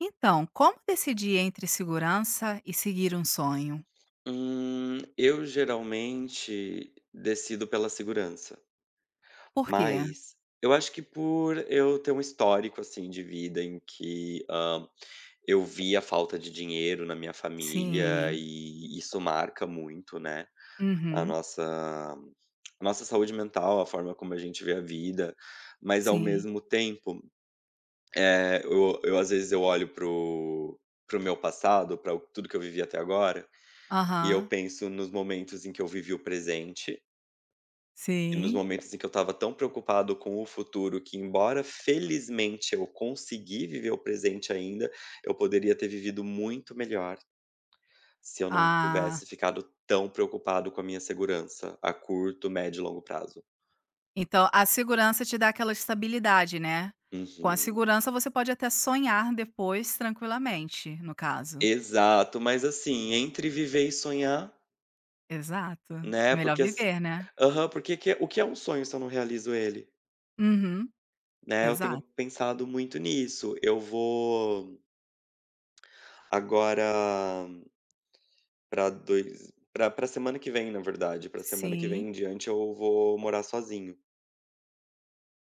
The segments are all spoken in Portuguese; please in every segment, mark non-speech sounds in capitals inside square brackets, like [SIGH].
Então, como decidir entre segurança e seguir um sonho? Eu geralmente decido pela segurança, Por quê? mas eu acho que por eu ter um histórico, assim, de vida em que, eu vi a falta de dinheiro na minha família Sim. e isso marca muito, né, a Uhum. nossa a nossa saúde mental, a forma como a gente vê a vida, mas ao Sim. mesmo tempo, eu às vezes eu olho para o meu passado, para tudo que eu vivi até agora, e eu Aham. penso nos momentos em que eu vivi o presente e nos Sim. momentos em que eu estava tão preocupado com o futuro que, embora felizmente eu consegui viver o presente ainda, eu poderia ter vivido muito melhor se eu não Ah, tivesse ficado tão preocupado com a minha segurança a curto, médio e longo prazo. então a segurança te dá aquela estabilidade, né. Com a Uhum. segurança você pode até sonhar depois tranquilamente, no caso. Exato, mas assim, entre viver e sonhar, Exato. É né, melhor porque as viver, né. aham, porque que o que é um sonho se eu não realizo ele, Uhum. né? Eu tenho Exato. pensado muito nisso. Eu vou Agora, para 2 para para semana que vem, na verdade, para semana que Sim. vem em diante eu vou morar sozinho.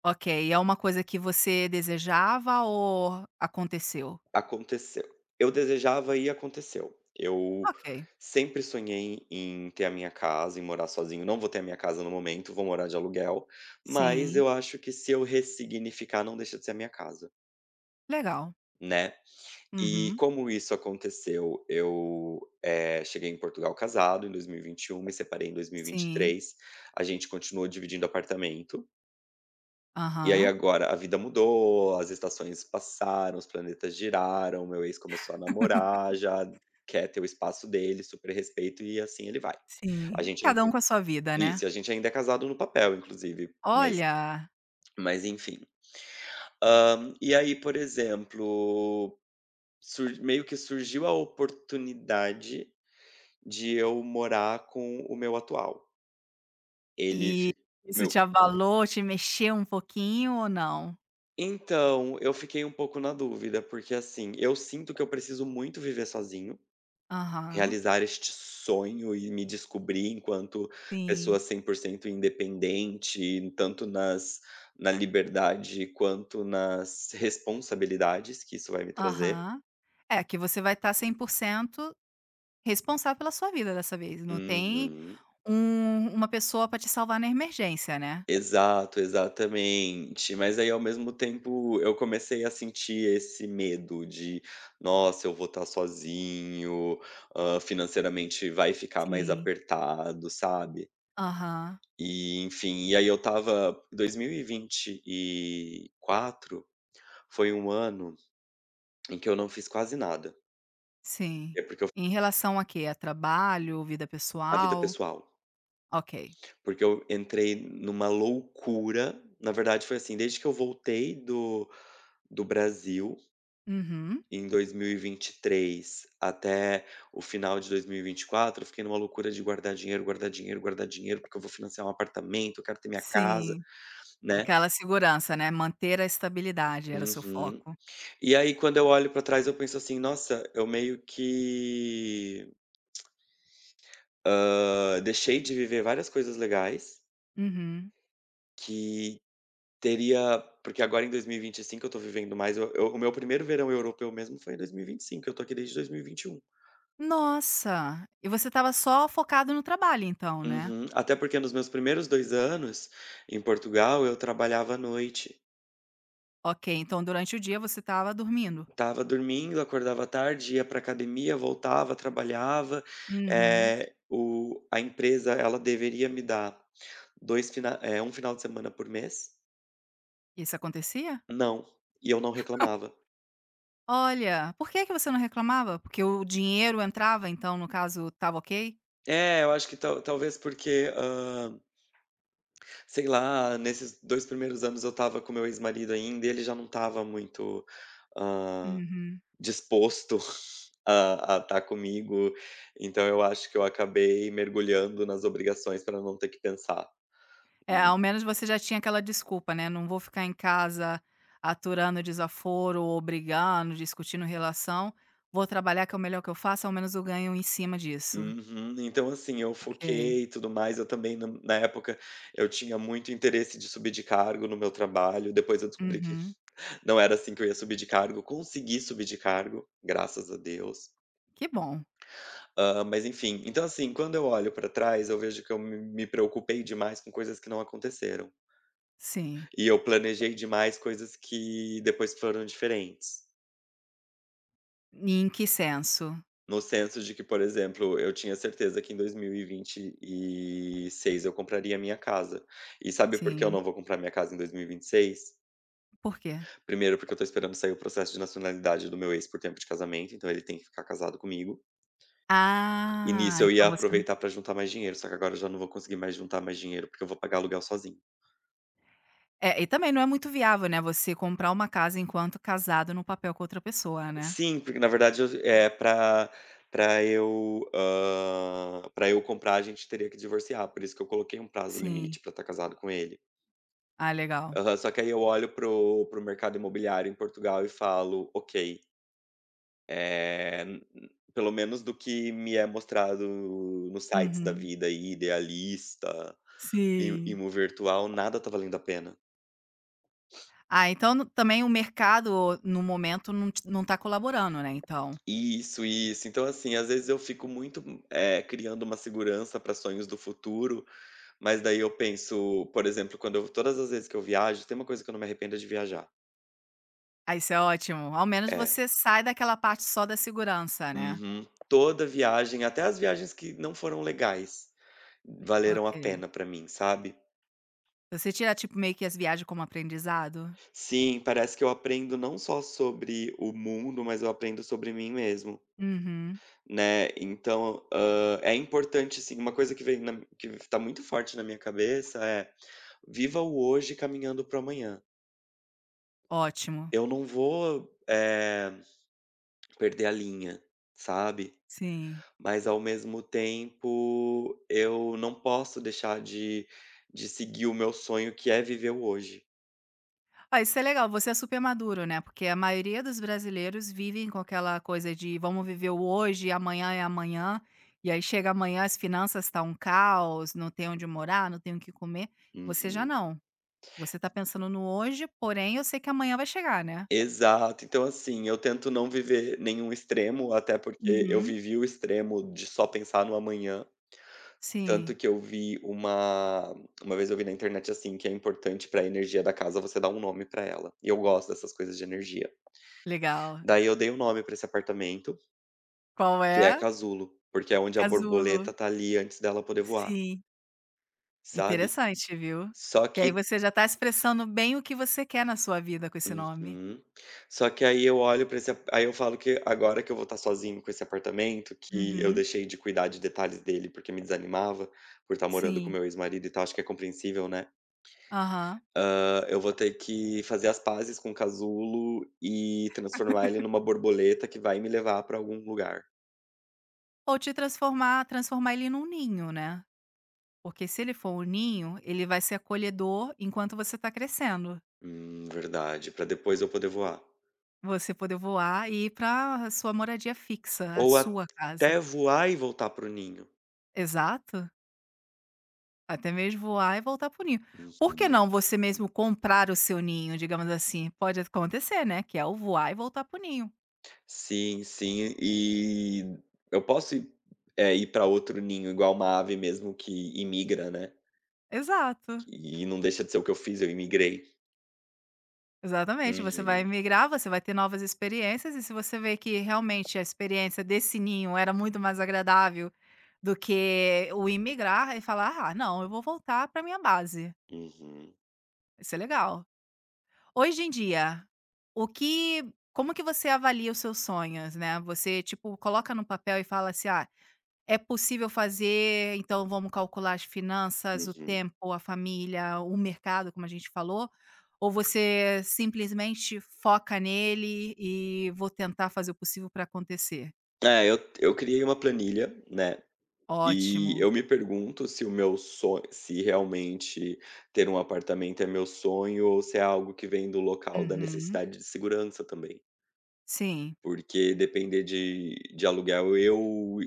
Ok, é uma coisa que você desejava ou aconteceu? Aconteceu. Eu desejava e aconteceu. Eu Ok. sempre sonhei em ter a minha casa, em morar sozinho. Não vou ter a minha casa no momento, vou morar de aluguel, mas Sim. eu acho que se eu ressignificar não deixa de ser a minha casa, Legal. né. E Uhum. como isso aconteceu? Eu, cheguei em Portugal casado em 2021, me separei em dois mil e e vinte e Sim. três. A gente continuou dividindo apartamento, e aí Aham. agora a vida mudou, as estações passaram, os planetas giraram, meu ex começou a namorar, já quer ter o espaço dele, super respeito e assim ele vai. A Sim. gente ainda Cada um com a sua vida, né. Isso, e a gente ainda é casado no papel inclusive, Olha, mas enfim. E aí, por exemplo, sur meio que surgiu a oportunidade de eu morar com o meu atual. Ele e fi isso meu te abalou, te mexeu um pouquinho ou não? Então, eu fiquei um pouco na dúvida, porque, assim, eu sinto que eu preciso muito viver sozinho, Aham. realizar este sonho e me descobrir enquanto pessoa Sim. 100% independente, tanto nas na liberdade quanto nas responsabilidades que isso vai me trazer. Aham. É, que você vai estar 100% responsável pela sua vida dessa vez, não tem Uhum. uma pessoa para te salvar na emergência, né. Exato, exatamente. Mas aí, ao mesmo tempo, eu comecei a sentir esse medo de: "Nossa, eu vou estar sozinho, financeiramente vai ficar mais Sim. apertado", sabe. Aham, E, enfim, e aí eu estava 2024 foi um ano em que eu não fiz quase nada, sim. é porque eu fiz Em relação a quê? A trabalho, vida a vida pessoal? pessoal, Ok. porque eu entrei numa loucura, na verdade foi assim, desde que eu voltei do Brasil Uhum. em 2023 até o final de 2024, eu fiquei numa loucura de guardar dinheiro, guardar dinheiro, guardar dinheiro, porque eu vou financiar um apartamento, eu quero ter minha casa, Sim. né. Aquela segurança, né, manter a estabilidade era o seu Uhum. foco. E aí quando eu olho pra trás eu penso assim: "Nossa, eu meio que, deixei de viver várias coisas legais Uhum. que teria" porque agora em 2025 eu tô vivendo mais. Eu O meu primeiro verão europeu mesmo foi em 2025, eu tô aqui desde 2021. Nossa! E você estava só focado no trabalho então, né? Uhum. Até porque nos meus primeiros 2 anos em Portugal, eu trabalhava à noite. Ok, então durante o dia você estava dormindo. Tava dormindo, acordava tarde, ia para academia, voltava, trabalhava. Uhum. O A empresa, ela deveria me dar um final de semana por mês. Isso acontecia? Não, e eu não reclamava. Olha, por que que você não reclamava? Porque o dinheiro entrava, então no caso estava ok? É, eu acho que talvez porque, sei lá, nesses 2 primeiros anos eu estava com meu ex-marido ainda e ele já não estava muito, hã, Uhum. disposto a tá comigo, então eu acho que eu acabei mergulhando nas obrigações para não ter que pensar. É, Hum. ao menos você já tinha aquela desculpa, né, não vou ficar em casa aturando desaforo ou brigando, discutindo relação, vou trabalhar que é o melhor que eu faço, ao menos eu ganho em cima disso. Uhum. Então, assim, eu Ok. foquei e tudo mais, eu também na época eu tinha muito interesse de subir de cargo no meu trabalho, depois eu descobri que Uhum. [LAUGHS] não era assim que eu ia subir de cargo, consegui subir de cargo, graças a Deus. Que bom. Mas enfim, então assim, quando eu olho para trás eu vejo que eu me preocupei demais com coisas que não aconteceram, Sim. e eu planejei demais coisas que depois foram diferentes. E em que senso? No senso de que, por exemplo, eu tinha certeza que em 2026 eu compraria a minha casa. E sabe por que eu Sim. não vou comprar minha casa em 2026? Por quê? Primeiro, porque eu tô esperando sair o processo de nacionalidade do meu ex por tempo de casamento, então ele tem que ficar casado comigo. E Ah, nisso eu ia então você não aproveitar pra juntar mais dinheiro, só que agora eu já não vou conseguir mais juntar mais dinheiro, porque eu vou pagar aluguel sozinho. é, e também não é muito viável, né, você comprar uma casa enquanto casado no papel com outra pessoa, né. Sim, porque na verdade eu é pra pra eu, hã, pra eu comprar a gente teria que divorciar, por isso que eu coloquei um prazo Sim. limite pra estar casado com ele. Ah, legal. Aham, só que aí eu olho pro mercado imobiliário em Portugal e falo: "Ok, eh, pelo menos do que me é mostrado nos sites da Uhum. vida aí, Idealista, I Sim. Imo Virtual, nada tá valendo a pena". Ah, então no também o mercado no momento não tá colaborando, né, então. Isso, isso. Então, assim, às vezes eu fico muito, criando uma segurança para sonhos do futuro, mas daí eu penso, por exemplo, quando eu todas as vezes que eu viajo, tem uma coisa que eu não me arrependo é de viajar. Ah, isso é ótimo. Ao menos É. você sai daquela parte só da segurança, né. Uhum. Toda viagem, até as viagens que não foram legais, valeram a Ok. pena pra mim, sabe. Você tira, tipo, meio que as viagens como aprendizado? Sim, parece que eu aprendo não só sobre o mundo, mas eu aprendo sobre mim mesmo, Uhum. né. Então, é importante, assim, uma coisa que vem na que tá muito forte na minha cabeça é: "Viva o hoje caminhando para o amanhã". Ótimo, Eu não vou, perder a linha, sabe. sim. Mas ao mesmo tempo, eu não posso deixar de seguir o meu sonho que é viver o hoje. Ah, isso é legal, você é super maduro, né, porque a maioria dos brasileiros vivem com aquela coisa de: "Vamos viver o hoje, amanhã é amanhã", e aí chega amanhã, as finanças estão um caos, não tem onde morar, não tem o que comer. Você já Uhum. não, você tá pensando no hoje, porém eu sei que amanhã vai chegar, né. Exato. Então, assim, eu tento não viver nenhum extremo, até porque eu Uhum, vivi o extremo de só pensar no amanhã. Tanto sim, que eu vi uma vez eu vi na internet, assim, que é importante pra energia da casa você dar um nome pra ela, e eu gosto dessas coisas de energia. legal. Daí eu dei um nome pra esse apartamento, Qual que é é? Casulo, porque é onde a Casulo. borboleta tá ali antes dela poder voar, Sim, sabe. interessante, viu. Só Que aí que você já tá expressando bem o que você quer na sua vida com esse nome. Uhum. Só que aí eu olho pra esse a aí eu falo que agora que eu vou estar sozinho com esse apartamento, que eu Uhum. deixei de cuidar de detalhes dele, porque me desanimava, por estar morando com Sim, meu ex-marido e tal, acho que é compreensível, né. aham. Eu vou ter que fazer as pazes com o casulo e transformar ele numa borboleta que vai me levar pra algum lugar. Ou te transformar ele num ninho, né, porque se ele for um ninho, ele vai ser acolhedor enquanto você está crescendo. Verdade, pra depois eu poder voar. Você poder voar e ir para sua moradia fixa, a Ou sua casa. até voar e voltar para o ninho. Exato, até mesmo voar e voltar para o ninho. Por que Uhum. não você mesmo comprar o seu ninho, digamos assim? Pode acontecer, né, que é o voar e voltar para o ninho. Sim, sim. E eu posso ir, ir para outro ninho igual uma ave mesmo que imigra, né. Exato. E não deixa de ser o que eu fiz, eu imigrei. Exatamente, você vai Uhum, migrar, você vai ter novas experiências, e se você vê que realmente a experiência desse ninho era muito mais agradável do que o imigrar e falar: "Ah, não, eu vou voltar para minha base". uhum, Isso é legal. Hoje em dia, o que como que você avalia os seus sonhos, né? Você, tipo, coloca no papel e fala assim: "Ah, é possível fazer então vamos calcular as finanças, o uhum. tempo, a família, o mercado, como a gente falou? Ou você simplesmente foca nele e vou tentar fazer o possível para acontecer? É, eu criei uma planilha, né, e Ótimo. eu me pergunto se o meu sonho se realmente ter um apartamento é meu sonho ou se é algo que vem do local da Uhum. necessidade de segurança também. Sim. Porque depender de aluguel, eu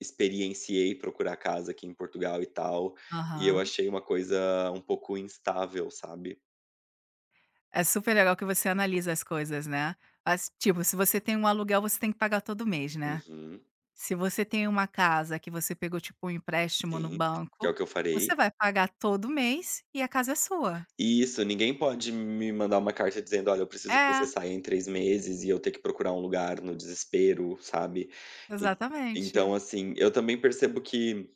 experienciei procurar casa aqui em Portugal e tal, e eu Aham. achei uma coisa um pouco instável, sabe. É super legal que você analisa as coisas, né. Mas, tipo, se você tem um aluguel, você tem que pagar todo mês, né. Uhum. Se você tem uma casa que você pegou, tipo, um empréstimo no Sim, que é banco, o que eu farei. você vai pagar todo mês e a casa é sua. Isso, ninguém pode me mandar uma carta dizendo: "Olha, eu preciso que você É. saia em 3 meses", e eu ter que procurar um lugar no desespero, sabe. En Exatamente. Então, assim, eu também percebo que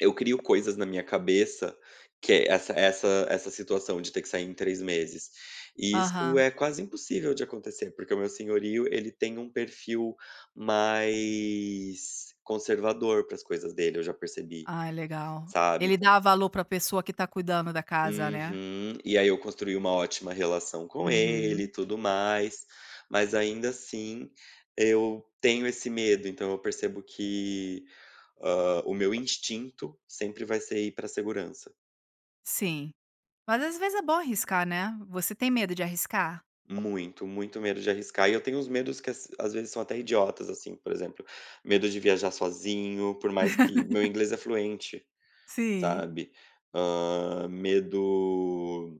eu crio coisas na minha cabeça, que é essa situação de ter que sair em 3 meses. E isso Aham. é quase impossível de acontecer, porque o meu senhorio, ele tem um perfil mais conservador para as coisas dele, eu já percebi, Ai, legal. sabe. Ele dá valor pra pessoa que tá cuidando da casa, né. Uhum. E aí eu construí uma ótima relação com ele Uhum. e tudo mais, mas ainda assim eu tenho esse medo, então eu percebo que, o meu instinto sempre vai ser ir para a segurança. Sim. Mas às vezes é bom arriscar, né. Você tem medo de arriscar? Muito, muito medo de arriscar. E eu tenho uns medos que às vezes são até idiotas, assim, por exemplo, medo de viajar sozinho, por mais que meu inglês é fluente, Sim, sabe? Medo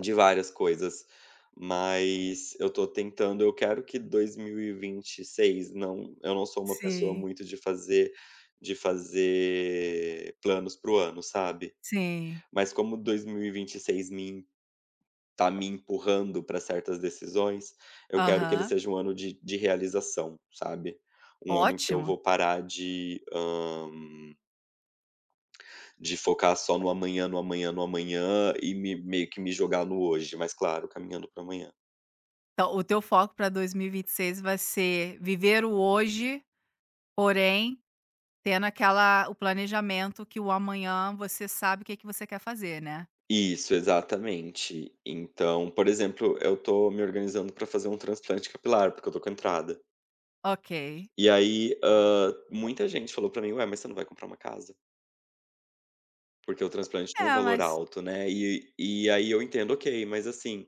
de várias coisas, mas eu tô tentando. Eu quero que 2026 não. Eu não sou uma pessoa sim, muito de fazer planos pro ano, sabe? sim. Mas como 2026 me tá me empurrando para certas decisões, eu quero que ele Aham. seja um ano de realização, sabe. Um ano que eu Ótimo. vou parar de, de focar só no amanhã, no amanhã, no amanhã e me meio que me jogar no hoje, mas claro, caminhando para amanhã. Então o teu foco para 2026 vai ser viver o hoje, porém tendo aquela o planejamento que o amanhã você sabe o que é que você quer fazer, né. Isso, exatamente. Então, por exemplo, eu tô me organizando para fazer um transplante capilar, porque eu tô com entrada. Ok. E aí, muita gente falou pra mim: "Ué, mas você não vai comprar uma casa?" Porque o transplante tem um É, valor mas alto, né. E aí eu entendo, ok, mas assim.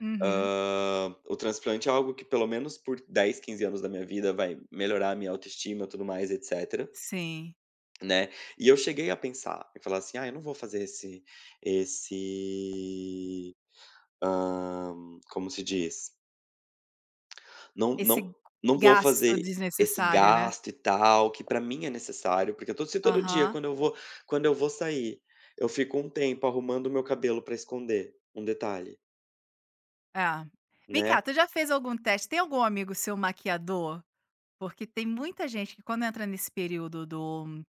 Uhum. O transplante é algo que pelo menos por 10 a 15 anos da minha vida vai melhorar a minha autoestima, tudo mais, etcétera, Sim. né. E eu cheguei a pensar e falar assim: "Ah, eu não vou fazer esse, esse, hã, como se diz? Não Esse não não vou gasto fazer esse desnecessário, né. gasto e tal, que pra mim é necessário", porque todo se todo dia Aham, quando eu vou sair, eu fico um tempo arrumando o meu cabelo pra esconder um detalhe, é. Vem né. cá, tu já fez algum teste tem algum amigo seu maquiador? Porque tem muita gente que quando entra nesse período do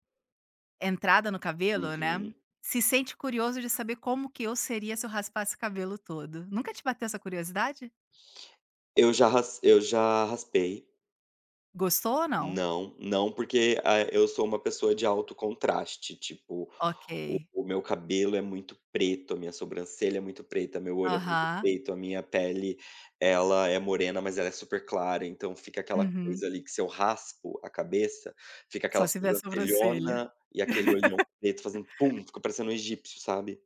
entrada no cabelo, né, Uhum. se sente curioso de saber como que eu seria se eu raspasse o cabelo todo. Nunca te bateu essa curiosidade? Eu já raspei. Gostou ou não? Não, não, porque, ah, eu sou uma pessoa de alto contraste, tipo, Ok. o meu cabelo é muito preto, a minha sobrancelha é muito preta, meu olho é muito Aham. preto, a minha pele, ela é morena, mas ela é super clara, então fica aquela Uhum. coisa ali que se eu raspo a cabeça, fica Só aquela se vê a sobrancelha. sobrancelhona e aquele olhão preto fazendo pum, fica parecendo um egípcio, sabe.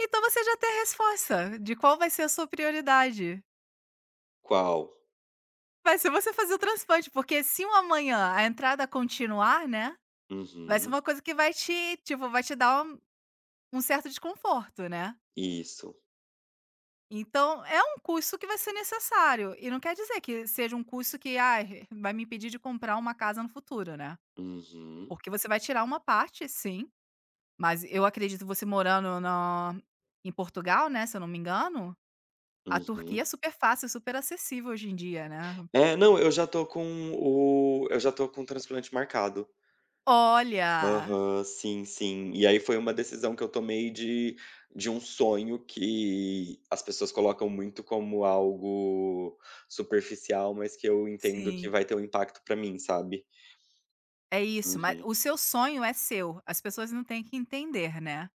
Então você já tem a resposta de qual vai ser a sua prioridade. Qual? Vai ser você fazer o transplante, porque se um amanhã a entrada continuar, né, vai ser Uhum. uma coisa que vai te tipo, vai te dar um certo desconforto, né. Isso. Então é um custo que vai ser necessário, e não quer dizer que seja um custo que, "Ai, vai me impedir de comprar uma casa no futuro", né. Uhum, Porque você vai tirar uma parte, sim, mas eu acredito você morando na em Portugal, né, se eu não me engano, a Turquia uhum. é super fácil, super acessível hoje em dia, né. É, não, eu já tô com o transplante marcado. Olha! Aham, sim, sim. E aí foi uma decisão que eu tomei de um sonho que as pessoas colocam muito como algo superficial, mas que eu entendo que Sim. vai ter um impacto pra mim, sabe. É isso, mas Uhum, o seu sonho é seu, as pessoas não têm que entender, né.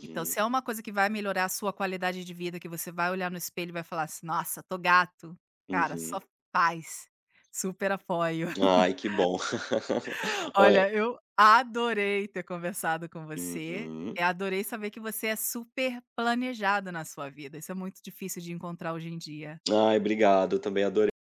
Então se é uma coisa que vai melhorar a sua qualidade de vida, que você vai olhar no espelho e vai falar assim: "Nossa, tô gato", cara, só uhum. paz, super apoio. Ai, que bom. [LAUGHS] [LAUGHS] Olha. Olha, eu adorei ter conversado com você, Uhum. eu adorei saber que você é super planejado na sua vida, isso é muito difícil de encontrar hoje em dia. Ai, obrigado, eu também adorei